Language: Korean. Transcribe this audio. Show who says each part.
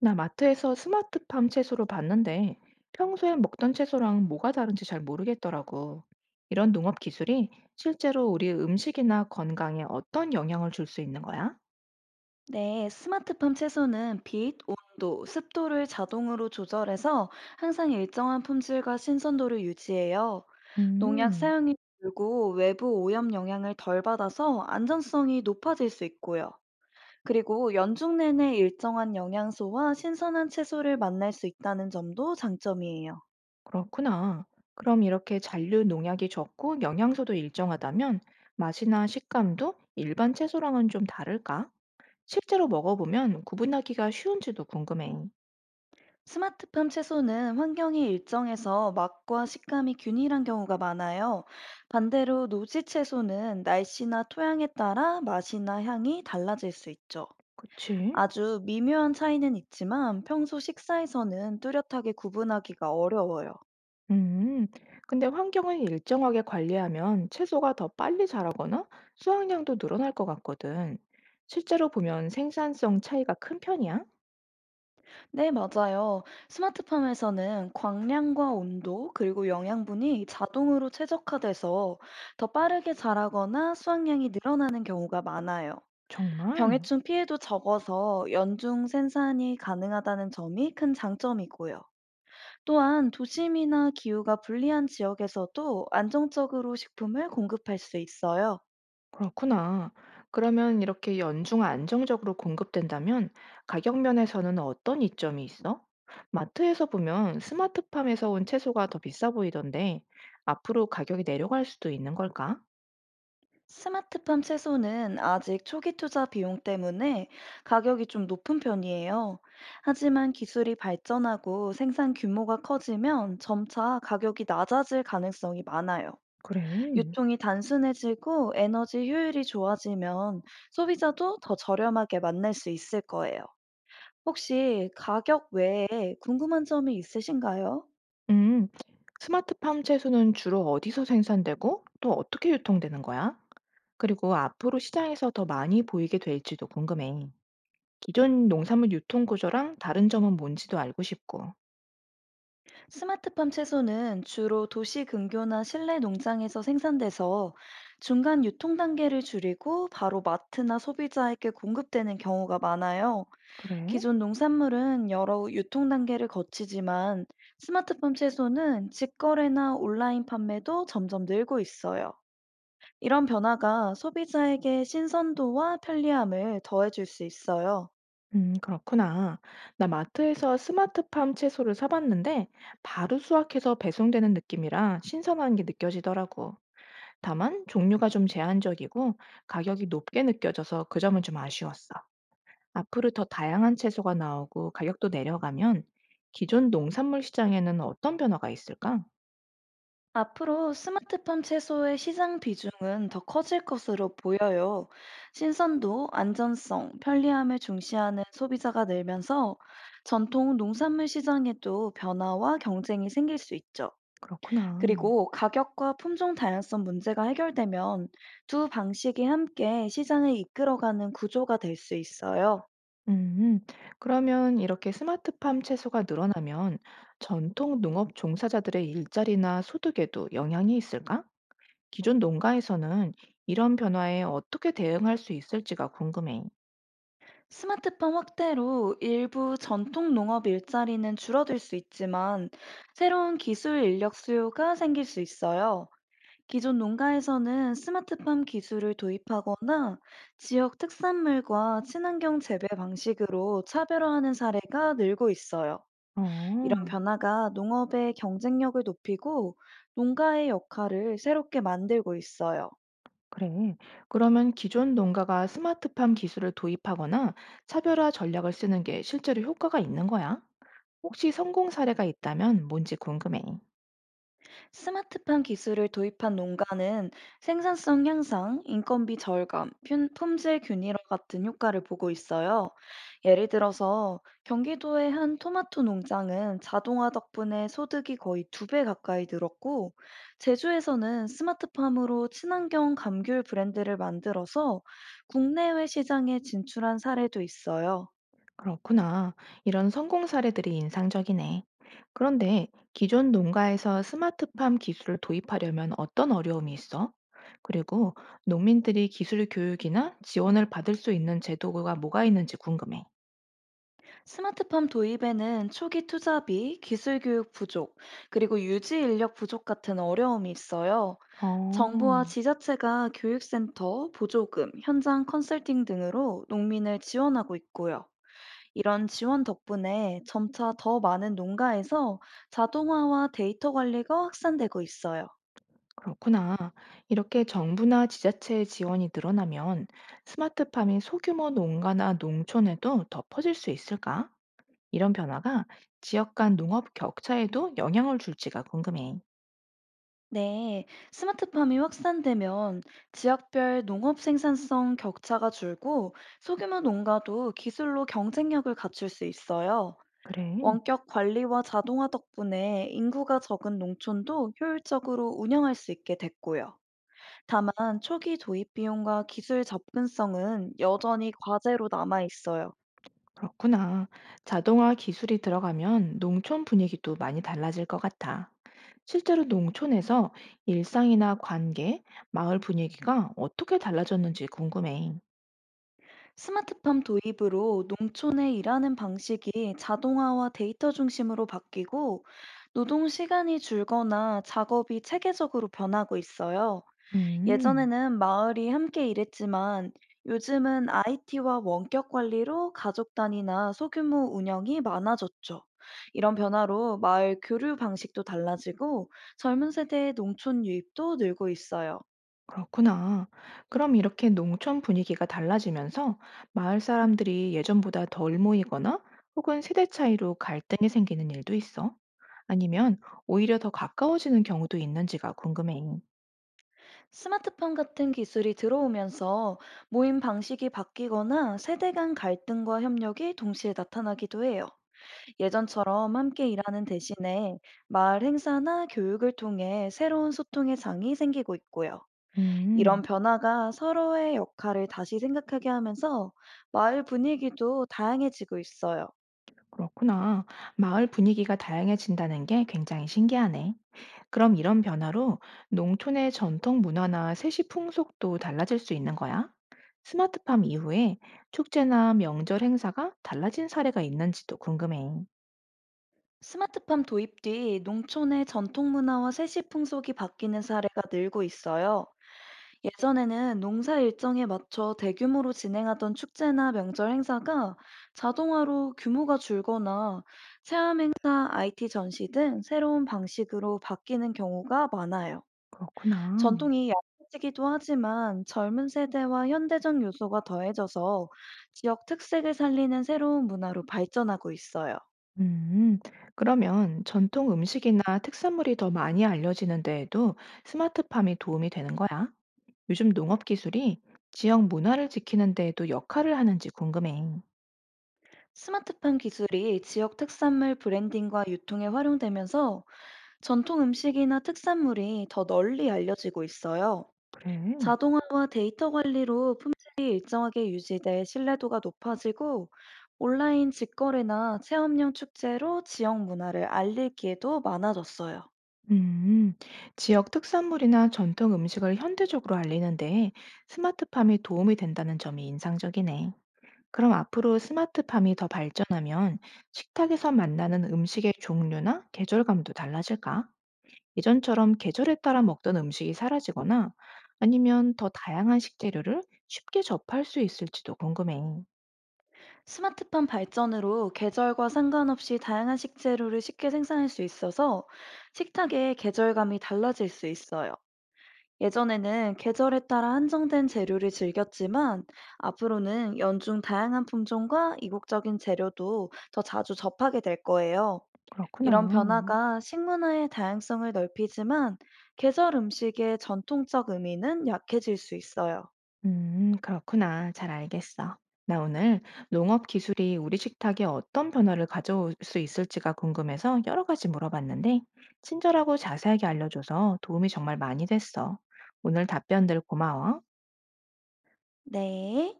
Speaker 1: 나 마트에서 스마트팜 채소로 봤는데 평소에 먹던 채소랑 뭐가 다른지 잘 모르겠더라고. 이런 농업 기술이 실제로 우리 음식이나 건강에 어떤 영향을 줄 수 있는 거야?
Speaker 2: 네, 스마트팜 채소는 빛, 온도, 습도를 자동으로 조절해서 항상 일정한 품질과 신선도를 유지해요. 농약
Speaker 1: 음,
Speaker 2: 사용이 줄고 외부 오염 영향을 덜 받아서 안전성이 높아질 수 있고요. 그리고 연중 내내 일정한 영양소와 신선한 채소를 만날 수 있다는 점도 장점이에요.
Speaker 1: 그렇구나. 그럼 이렇게 잔류 농약이 적고 영양소도 일정하다면 맛이나 식감도 일반 채소랑은 좀 다를까? 실제로 먹어보면 구분하기가 쉬운지도 궁금해.
Speaker 2: 스마트팜 채소는 환경이 일정해서 맛과 식감이 균일한 경우가 많아요. 반대로 노지 채소는 날씨나 토양에 따라 맛이나 향이 달라질 수 있죠.
Speaker 1: 그치?
Speaker 2: 아주 미묘한 차이는 있지만 평소 식사에서는 뚜렷하게 구분하기가 어려워요.
Speaker 1: 음, 근데 환경을 일정하게 관리하면 채소가 더 빨리 자라거나 수확량도 늘어날 것 같거든. 실제로 보면 생산성 차이가 큰 편이야?
Speaker 2: 네, 맞아요. 스마트팜에서는 광량과 온도, 그리고 영양분이 자동으로 최적화돼서 더 빠르게 자라거나 수확량이 늘어나는 경우가 많아요.
Speaker 1: 정말?
Speaker 2: 병해충 피해도 적어서 연중 생산이 가능하다는 점이 큰 장점이고요. 또한 도심이나 기후가 불리한 지역에서도 안정적으로 식품을 공급할 수 있어요.
Speaker 1: 그렇구나. 그러면 이렇게 연중 안정적으로 공급된다면 가격 면에서는 어떤 이점이 있어? 마트에서 보면 스마트팜에서 온 채소가 더 비싸 보이던데 앞으로 가격이 내려갈 수도 있는 걸까?
Speaker 2: 스마트팜 채소는 아직 초기 투자 비용 때문에 가격이 좀 높은 편이에요. 하지만 기술이 발전하고 생산 규모가 커지면 점차 가격이 낮아질 가능성이 많아요.
Speaker 1: 그래.
Speaker 2: 유통이 단순해지고 에너지 효율이 좋아지면 소비자도 더 저렴하게 만날 수 있을 거예요. 혹시 가격 외에 궁금한 점이 있으신가요?
Speaker 1: 음, 스마트팜 채소는 주로 어디서 생산되고 또 어떻게 유통되는 거야? 그리고 앞으로 시장에서 더 많이 보이게 될지도 궁금해. 기존 농산물 유통 구조랑 다른 점은 뭔지도 알고 싶고.
Speaker 2: 스마트팜 채소는 주로 도시 근교나 실내 농장에서 생산돼서 중간 유통 단계를 줄이고 바로 마트나 소비자에게 공급되는 경우가 많아요.
Speaker 1: 그래?
Speaker 2: 기존 농산물은 여러 유통 단계를 거치지만 스마트팜 채소는 직거래나 온라인 판매도 점점 늘고 있어요. 이런 변화가 소비자에게 신선도와 편리함을 더해줄 수 있어요.
Speaker 1: 그렇구나. 나 마트에서 스마트팜 채소를 사봤는데 바로 수확해서 배송되는 느낌이라 신선한 게 느껴지더라고. 다만 종류가 좀 제한적이고 가격이 높게 느껴져서 그 점은 좀 아쉬웠어. 앞으로 더 다양한 채소가 나오고 가격도 내려가면 기존 농산물 시장에는 어떤 변화가 있을까?
Speaker 2: 앞으로 스마트팜 채소의 시장 비중은 더 커질 것으로 보여요. 신선도, 안전성, 편리함을 중시하는 소비자가 늘면서 전통 농산물 시장에도 변화와 경쟁이 생길 수 있죠.
Speaker 1: 그렇구나.
Speaker 2: 그리고 가격과 품종 다양성 문제가 해결되면 두 방식이 함께 시장을 이끌어가는 구조가 될 수 있어요.
Speaker 1: 음, 그러면 이렇게 스마트팜 채소가 늘어나면 전통 농업 종사자들의 일자리나 소득에도 영향이 있을까? 기존 농가에서는 이런 변화에 어떻게 대응할 수 있을지가 궁금해.
Speaker 2: 스마트팜 확대로 일부 전통 농업 일자리는 줄어들 수 있지만 새로운 기술 인력 수요가 생길 수 있어요. 기존 농가에서는 스마트팜 기술을 도입하거나 지역 특산물과 친환경 재배 방식으로 차별화하는 사례가 늘고 있어요. 이런
Speaker 1: 어,
Speaker 2: 변화가 농업의 경쟁력을 높이고 농가의 역할을 새롭게 만들고 있어요.
Speaker 1: 그래. 그러면 기존 농가가 스마트팜 기술을 도입하거나 차별화 전략을 쓰는 게 실제로 효과가 있는 거야? 혹시 성공 사례가 있다면 뭔지 궁금해.
Speaker 2: 스마트팜 기술을 도입한 농가는 생산성 향상, 인건비 절감, 품질 균일화 같은 효과를 보고 있어요. 예를 들어서 경기도의 한 토마토 농장은 자동화 덕분에 소득이 거의 두 배 가까이 늘었고, 제주에서는 스마트팜으로 친환경 감귤 브랜드를 만들어서 국내외 시장에 진출한 사례도 있어요.
Speaker 1: 그렇구나. 이런 성공 사례들이 인상적이네. 그런데 기존 농가에서 스마트팜 기술을 도입하려면 어떤 어려움이 있어? 그리고 농민들이 기술 교육이나 지원을 받을 수 있는 제도가 뭐가 있는지 궁금해.
Speaker 2: 스마트팜 도입에는 초기 투자비, 기술 교육 부족, 그리고 유지 인력 부족 같은 어려움이 있어요. 정부와
Speaker 1: 어,
Speaker 2: 지자체가 교육센터, 보조금, 현장 컨설팅 등으로 농민을 지원하고 있고요. 이런 지원 덕분에 점차 더 많은 농가에서 자동화와 데이터 관리가 확산되고 있어요.
Speaker 1: 그렇구나. 이렇게 정부나 지자체의 지원이 늘어나면 스마트팜이 소규모 농가나 농촌에도 더 퍼질 수 있을까? 이런 변화가 지역 간 농업 격차에도 영향을 줄지가 궁금해.
Speaker 2: 네, 스마트팜이 확산되면 지역별 농업 생산성 격차가 줄고 소규모 농가도 기술로 경쟁력을 갖출 수 있어요.
Speaker 1: 그래,
Speaker 2: 원격 관리와 자동화 덕분에 인구가 적은 농촌도 효율적으로 운영할 수 있게 됐고요. 다만 초기 도입 비용과 기술 접근성은 여전히 과제로 남아 있어요.
Speaker 1: 그렇구나. 자동화 기술이 들어가면 농촌 분위기도 많이 달라질 것 같아. 실제로 농촌에서 일상이나 관계, 마을 분위기가 어떻게 달라졌는지 궁금해.
Speaker 2: 스마트팜 도입으로 농촌의 일하는 방식이 자동화와 데이터 중심으로 바뀌고 노동 시간이 줄거나 작업이 체계적으로 변하고 있어요.
Speaker 1: 음.
Speaker 2: 예전에는 마을이 함께 일했지만 요즘은 IT와 원격 관리로 가족 단위나 소규모 운영이 많아졌죠. 이런 변화로 마을 교류 방식도 달라지고 젊은 세대의 농촌 유입도 늘고 있어요.
Speaker 1: 그렇구나. 그럼 이렇게 농촌 분위기가 달라지면서 마을 사람들이 예전보다 덜 모이거나 혹은 세대 차이로 갈등이 생기는 일도 있어? 아니면 오히려 더 가까워지는 경우도 있는지가 궁금해.
Speaker 2: 스마트폰 같은 기술이 들어오면서 모임 방식이 바뀌거나 세대 간 갈등과 협력이 동시에 나타나기도 해요. 예전처럼 함께 일하는 대신에 마을 행사나 교육을 통해 새로운 소통의 장이 생기고 있고요. 이런
Speaker 1: 음,
Speaker 2: 변화가 서로의 역할을 다시 생각하게 하면서 마을 분위기도 다양해지고 있어요.
Speaker 1: 그렇구나. 마을 분위기가 다양해진다는 게 굉장히 신기하네. 그럼 이런 변화로 농촌의 전통 문화나 세시 풍속도 달라질 수 있는 거야? 스마트팜 이후에 축제나 명절 행사가 달라진 사례가 있는지도 궁금해.
Speaker 2: 스마트팜 도입 뒤 농촌의 전통 문화와 세시 풍속이 바뀌는 사례가 늘고 있어요. 예전에는 농사 일정에 맞춰 대규모로 진행하던 축제나 명절 행사가 자동화로 규모가 줄거나 체험 행사, IT 전시 등 새로운 방식으로 바뀌는 경우가 많아요.
Speaker 1: 그렇구나.
Speaker 2: 전통이 약해지기도 하지만 젊은 세대와 현대적 요소가 더해져서 지역 특색을 살리는 새로운 문화로 발전하고 있어요.
Speaker 1: 음, 그러면 전통 음식이나 특산물이 더 많이 알려지는 데에도 스마트팜이 도움이 되는 거야? 요즘 농업 기술이 지역 문화를 지키는 데에도 역할을 하는지 궁금해.
Speaker 2: 스마트팜 기술이 지역 특산물 브랜딩과 유통에 활용되면서 전통 음식이나 특산물이 더 널리 알려지고 있어요.
Speaker 1: 그래.
Speaker 2: 자동화와 데이터 관리로 품질이 일정하게 유지돼 신뢰도가 높아지고 온라인 직거래나 체험형 축제로 지역 문화를 알릴 기회도 많아졌어요.
Speaker 1: 음, 지역 특산물이나 전통 음식을 현대적으로 알리는데 스마트팜이 도움이 된다는 점이 인상적이네. 그럼 앞으로 스마트팜이 더 발전하면 식탁에서 만나는 음식의 종류나 계절감도 달라질까? 예전처럼 계절에 따라 먹던 음식이 사라지거나 아니면 더 다양한 식재료를 쉽게 접할 수 있을지도 궁금해.
Speaker 2: 스마트팜 발전으로 계절과 상관없이 다양한 식재료를 쉽게 생산할 수 있어서 식탁의 계절감이 달라질 수 있어요. 예전에는 계절에 따라 한정된 재료를 즐겼지만 앞으로는 연중 다양한 품종과 이국적인 재료도 더 자주 접하게 될 거예요.
Speaker 1: 그렇구나.
Speaker 2: 이런 변화가 식문화의 다양성을 넓히지만 계절 음식의 전통적 의미는 약해질 수 있어요.
Speaker 1: 그렇구나. 잘 알겠어. 나 오늘 농업 기술이 우리 식탁에 어떤 변화를 가져올 수 있을지가 궁금해서 여러 가지 물어봤는데, 친절하고 자세하게 알려줘서 도움이 정말 많이 됐어. 오늘 답변들 고마워.
Speaker 2: 네.